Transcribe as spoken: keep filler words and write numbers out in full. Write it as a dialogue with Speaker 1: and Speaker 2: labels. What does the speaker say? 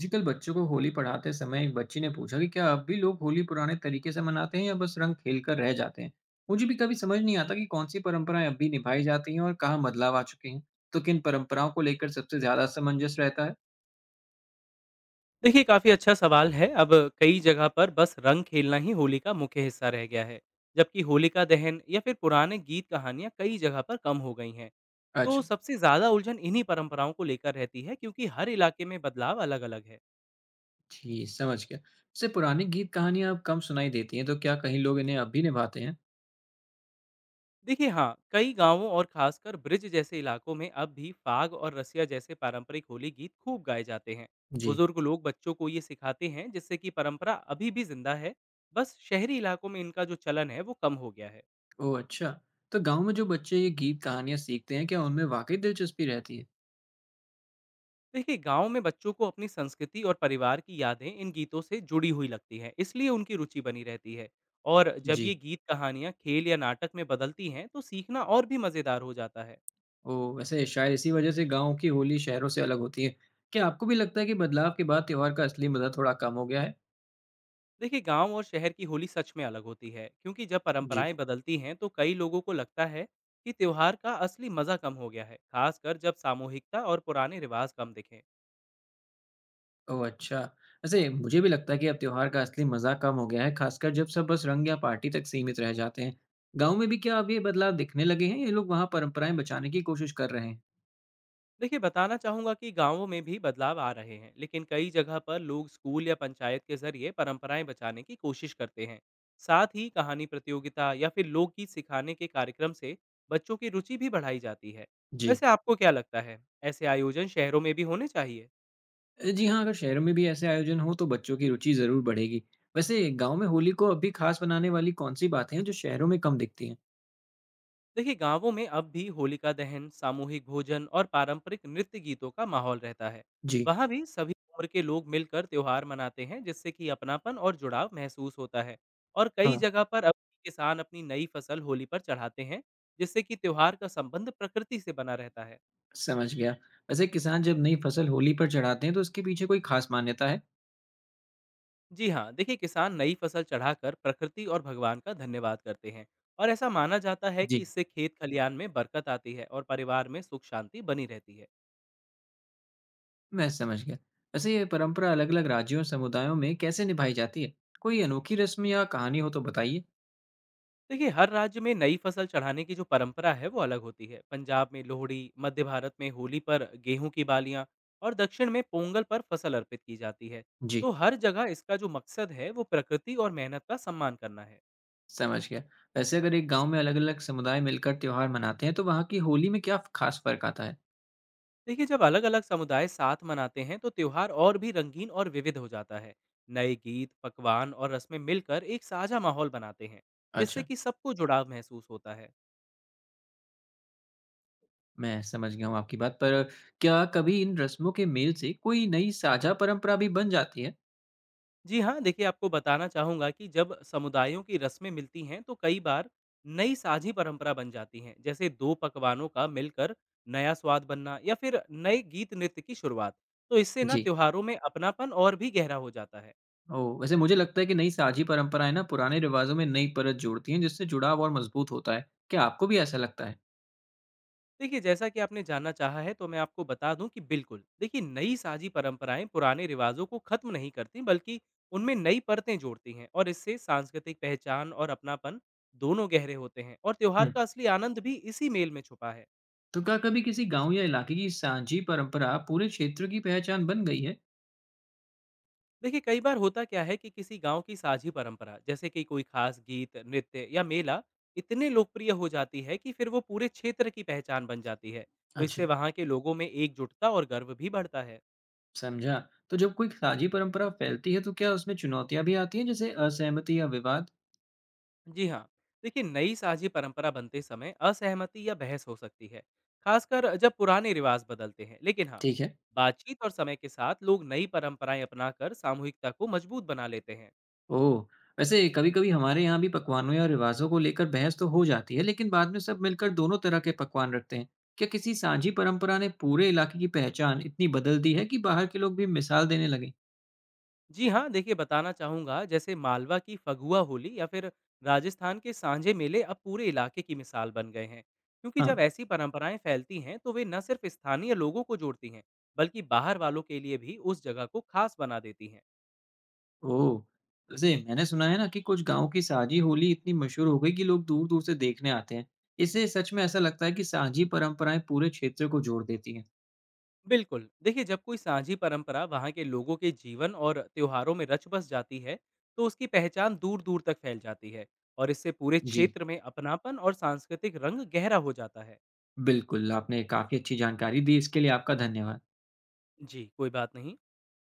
Speaker 1: जी, कल बच्चों को होली पढ़ाते समय एक बच्ची ने पूछा कि क्या अब भी लोग होली पुराने तरीके से मनाते हैं या बस रंग खेल कर रह जाते हैं। मुझे भी कभी समझ नहीं आता कि कौन सी परंपराएं अब भी निभाई जाती हैं और कहाँ बदलाव आ चुके हैं। तो किन परंपराओं को लेकर सबसे ज्यादा असमंजस रहता है?
Speaker 2: देखिए काफी अच्छा सवाल है। अब कई जगह पर बस रंग खेलना ही होली का मुख्य हिस्सा रह गया है, जबकि होलिका दहन या फिर पुराने गीत कहानियां कई जगह पर कम हो गई हैं। तो
Speaker 1: अच्छा।
Speaker 2: सबसे ज्यादा उलझन इन्हीं परंपराओं को लेकर रहती है क्योंकि हर इलाके में बदलाव अलग-अलग है।
Speaker 1: जी, समझ गया। इससे पुरानी गीत कहानियां अब कम सुनाई देती हैं, तो क्या कहीं लोग इन्हें अब भी निभाते हैं?
Speaker 2: देखिए हाँ, कई गांवों और खासकर ब्रिज जैसे इलाकों में अब भी फाग और रसिया जैसे पारंपरिक होली गीत खूब गाए जाते हैं।
Speaker 1: जी।
Speaker 2: बुजुर्ग लोग बच्चों को ये सिखाते हैं जिससे कि परंपरा अभी भी जिंदा है। बस शहरी इलाकों में इनका जो चलन है वो कम हो गया है।
Speaker 1: ओह, अच्छा। तो गाँव में जो बच्चे ये गीत कहानियां सीखते हैं, क्या उनमें वाकई दिलचस्पी रहती है?
Speaker 2: देखिए गांव में बच्चों को अपनी संस्कृति और परिवार की यादें इन गीतों से जुड़ी हुई लगती हैं इसलिए उनकी रुचि बनी रहती है। और जब ये
Speaker 1: जी।
Speaker 2: गीत कहानियां खेल या नाटक में बदलती हैं तो सीखना और भी मज़ेदार हो जाता है।
Speaker 1: ओह! वैसे शायद इसी वजह से गाँव की होली शहरों से अलग होती है। क्या आपको भी लगता है कि बदलाव के बाद त्योहार का असली मज़ा थोड़ा कम हो गया है?
Speaker 2: देखिए गांव और शहर की होली सच में अलग होती है क्योंकि जब
Speaker 1: जी।
Speaker 2: परंपराएं बदलती हैं तो कई लोगों को लगता है कि त्योहार का असली मज़ा कम हो गया है, खासकर जब सामूहिकता और पुराने रिवाज कम दिखें।
Speaker 1: ओह! अच्छा। वैसे मुझे भी लगता है कि अब त्योहार का असली मज़ा कम हो गया है, खासकर जब सब बस रंग या पार्टी तक सीमित रह जाते हैं। गाँव में भी क्या अब ये बदलाव दिखने लगे हैं या लोग वहाँ परंपराएँ बचाने की कोशिश कर रहे हैं?
Speaker 2: देखिए बताना चाहूँगा कि गांवों में भी बदलाव आ रहे हैं, लेकिन कई जगह पर लोग स्कूल या पंचायत के जरिए परंपराएं बचाने की कोशिश करते हैं। साथ ही कहानी प्रतियोगिता या फिर लोकगीत सिखाने के कार्यक्रम से बच्चों की रुचि भी बढ़ाई जाती है।
Speaker 1: जी।
Speaker 2: वैसे आपको क्या लगता है, ऐसे आयोजन शहरों में भी होने चाहिए?
Speaker 1: अ, जी हाँ, अगर शहरों में भी ऐसे आयोजन हों तो बच्चों की रुचि ज़रूर बढ़ेगी। वैसे गाँव में होली को अब भी खास बनाने वाली कौन-सी बातें हैं जो शहरों में कम दिखती हैं?
Speaker 2: देखिए गांवों में अब भी होलिका दहन, सामूहिक भोजन और पारंपरिक नृत्य गीतों का माहौल रहता है।
Speaker 1: जी।
Speaker 2: वहां भी सभी उम्र के लोग मिलकर त्योहार मनाते हैं जिससे कि अपनापन और जुड़ाव महसूस होता है। और
Speaker 1: हाँ।
Speaker 2: कई जगह पर अब किसान अपनी नई फसल होली पर चढ़ाते हैं, जिससे कि त्योहार का संबंध प्रकृति से बना रहता है।
Speaker 1: समझ गया। वैसे किसान जब नई फसल होली पर चढ़ाते हैं तो इसके पीछे कोई खास मान्यता है?
Speaker 2: जी हाँ, देखिए किसान नई फसल चढ़ाकर प्रकृति और भगवान का धन्यवाद करते हैं। और ऐसा माना जाता है कि
Speaker 1: जी।
Speaker 2: इससे खेत खलियान में बरकत आती है और परिवार में सुख शांति बनी रहती है।
Speaker 1: मैं समझ गया। वैसे ये परंपरा अलग-अलग राज्यों और समुदायों में कैसे निभाई जाती है? कोई अनोखी रस्म या कहानी हो तो बताइए।
Speaker 2: देखिए हर राज्य में नई फसल चढ़ाने की जो परंपरा है वो अलग होती है। पंजाब में लोहड़ी, मध्य भारत में होली पर गेहूं की बालियां और दक्षिण में पोंगल पर फसल अर्पित की जाती है।
Speaker 1: जी,
Speaker 2: तो हर जगह इसका जो मकसद है वो प्रकृति और मेहनत का सम्मान करना है।
Speaker 1: समझ गया। वैसे अगर एक गांव में अलग-अलग समुदाय मिलकर त्योहार मनाते हैं तो वहाँ की होली में क्या खास फर्क आता है?
Speaker 2: देखिए जब अलग अलग समुदाय साथ मनाते हैं तो त्योहार और भी रंगीन और विविध हो जाता है। नए गीत, पकवान और रस्में मिलकर एक साझा माहौल बनाते हैं जिससे
Speaker 1: अच्छा।
Speaker 2: कि सबको जुड़ाव महसूस होता है।
Speaker 1: मैं समझ गया हूँ आपकी बात। पर क्या कभी इन रस्मों के मेल से कोई नई साझा परंपरा भी बन जाती है?
Speaker 2: जी हाँ, देखिए आपको बताना चाहूँगा कि जब समुदायों की रस्में मिलती हैं तो कई बार नई साझी परंपरा बन जाती हैं, जैसे दो पकवानों का मिलकर नया स्वाद बनना या फिर नए गीत नृत्य की शुरुआत। तो इससे ना
Speaker 1: जी।
Speaker 2: त्योहारों में अपनापन और भी गहरा हो जाता है।
Speaker 1: ओह! वैसे मुझे लगता है कि नई साझी परंपराएँ ना पुराने रिवाजों में नई परत जोड़ती हैं, जिससे जुड़ाव और मजबूत होता है। क्या आपको भी ऐसा लगता है?
Speaker 2: देखिए जैसा कि आपने जानना चाहा है तो मैं आपको बता दूँ कि बिल्कुल, देखिए नई साझी परंपराएँ पुराने रिवाजों को खत्म नहीं करतीं, बल्कि उनमें नई परतें जोड़ती हैं। और इससे सांस्कृतिक पहचान और अपनापन दोनों गहरे होते हैं और त्योहार
Speaker 1: हुँ।
Speaker 2: का असली आनंद भी इसी मेल में छुपा है।
Speaker 1: तो क्या कभी किसी गाँव या इलाके की साझी परंपरा पूरे क्षेत्र की पहचान बन गई है?
Speaker 2: देखिए कई बार होता क्या है कि किसी गांव की साझी परंपरा जैसे कि कोई खास गीत नृत्य या मेला इतने लोकप्रिय हो जाती है कि फिर वो पूरे क्षेत्र की पहचान बन जाती है। तो इससे
Speaker 1: अच्छा,
Speaker 2: वहां के लोगों में एकजुटता और गर्व भी बढ़ता है।
Speaker 1: समझा। तो जब कोई साझी परंपरा फैलती है, तो क्या उसमें चुनौतियाँ भी आती हैं, जैसे असहमति या विवाद?
Speaker 2: जी हाँ, देखिए नई साझी परंपरा बनते समय असहमति या बहस हो सकती है, खासकर जब पुराने रिवाज बदलते हैं। लेकिन हाँ,
Speaker 1: ठीक है।
Speaker 2: बातचीत और समय के साथ लोग नई परंपराएं अपनाकर सामूहिकता को मजबूत बना लेते हैं।
Speaker 1: ओह! वैसे कभी-कभी हमारे यहाँ भी पकवानों या रिवाज़ों को लेकर बहस तो हो जाती है, लेकिन बाद में सब मिलकर दोनों तरह के पकवान रखते हैं। क्या किसी साझी परंपरा ने पूरे इलाके की पहचान इतनी बदल दी है कि बाहर के लोग भी मिसाल देने लगे?
Speaker 2: जी हाँ, देखिए बताना चाहूँगा, जैसे मालवा की फगुआ होली या फिर राजस्थान के सांझे मेले अब पूरे इलाके की मिसाल बन गए हैं। क्योंकि
Speaker 1: हाँ।
Speaker 2: जब ऐसी परंपराएं फैलती हैं तो वे न सिर्फ स्थानीय लोगों को जोड़ती हैं, बल्कि बाहर वालों के लिए भी उस जगह को खास बना देती हैं।
Speaker 1: ओह! वैसे मैंने सुना है ना कि कुछ गाँव की साझी होली इतनी मशहूर हो गई कि लोग दूर-दूर से देखने आते हैं। इससे सच में ऐसा लगता है कि साझी परंपराएँ पूरे क्षेत्र को जोड़ देती हैं।
Speaker 2: बिल्कुल, देखिए जब कोई साझी परंपरा वहाँ के लोगों के जीवन और त्योहारों में रच बस जाती है, तो उसकी पहचान दूर-दूर तक फैल जाती है और इससे पूरे
Speaker 1: जी,
Speaker 2: क्षेत्र में अपनापन और सांस्कृतिक रंग गहरा हो जाता है।
Speaker 1: बिल्कुल, आपने काफ़ी अच्छी जानकारी दी, इसके लिए आपका धन्यवाद।
Speaker 2: जी, कोई बात नहीं।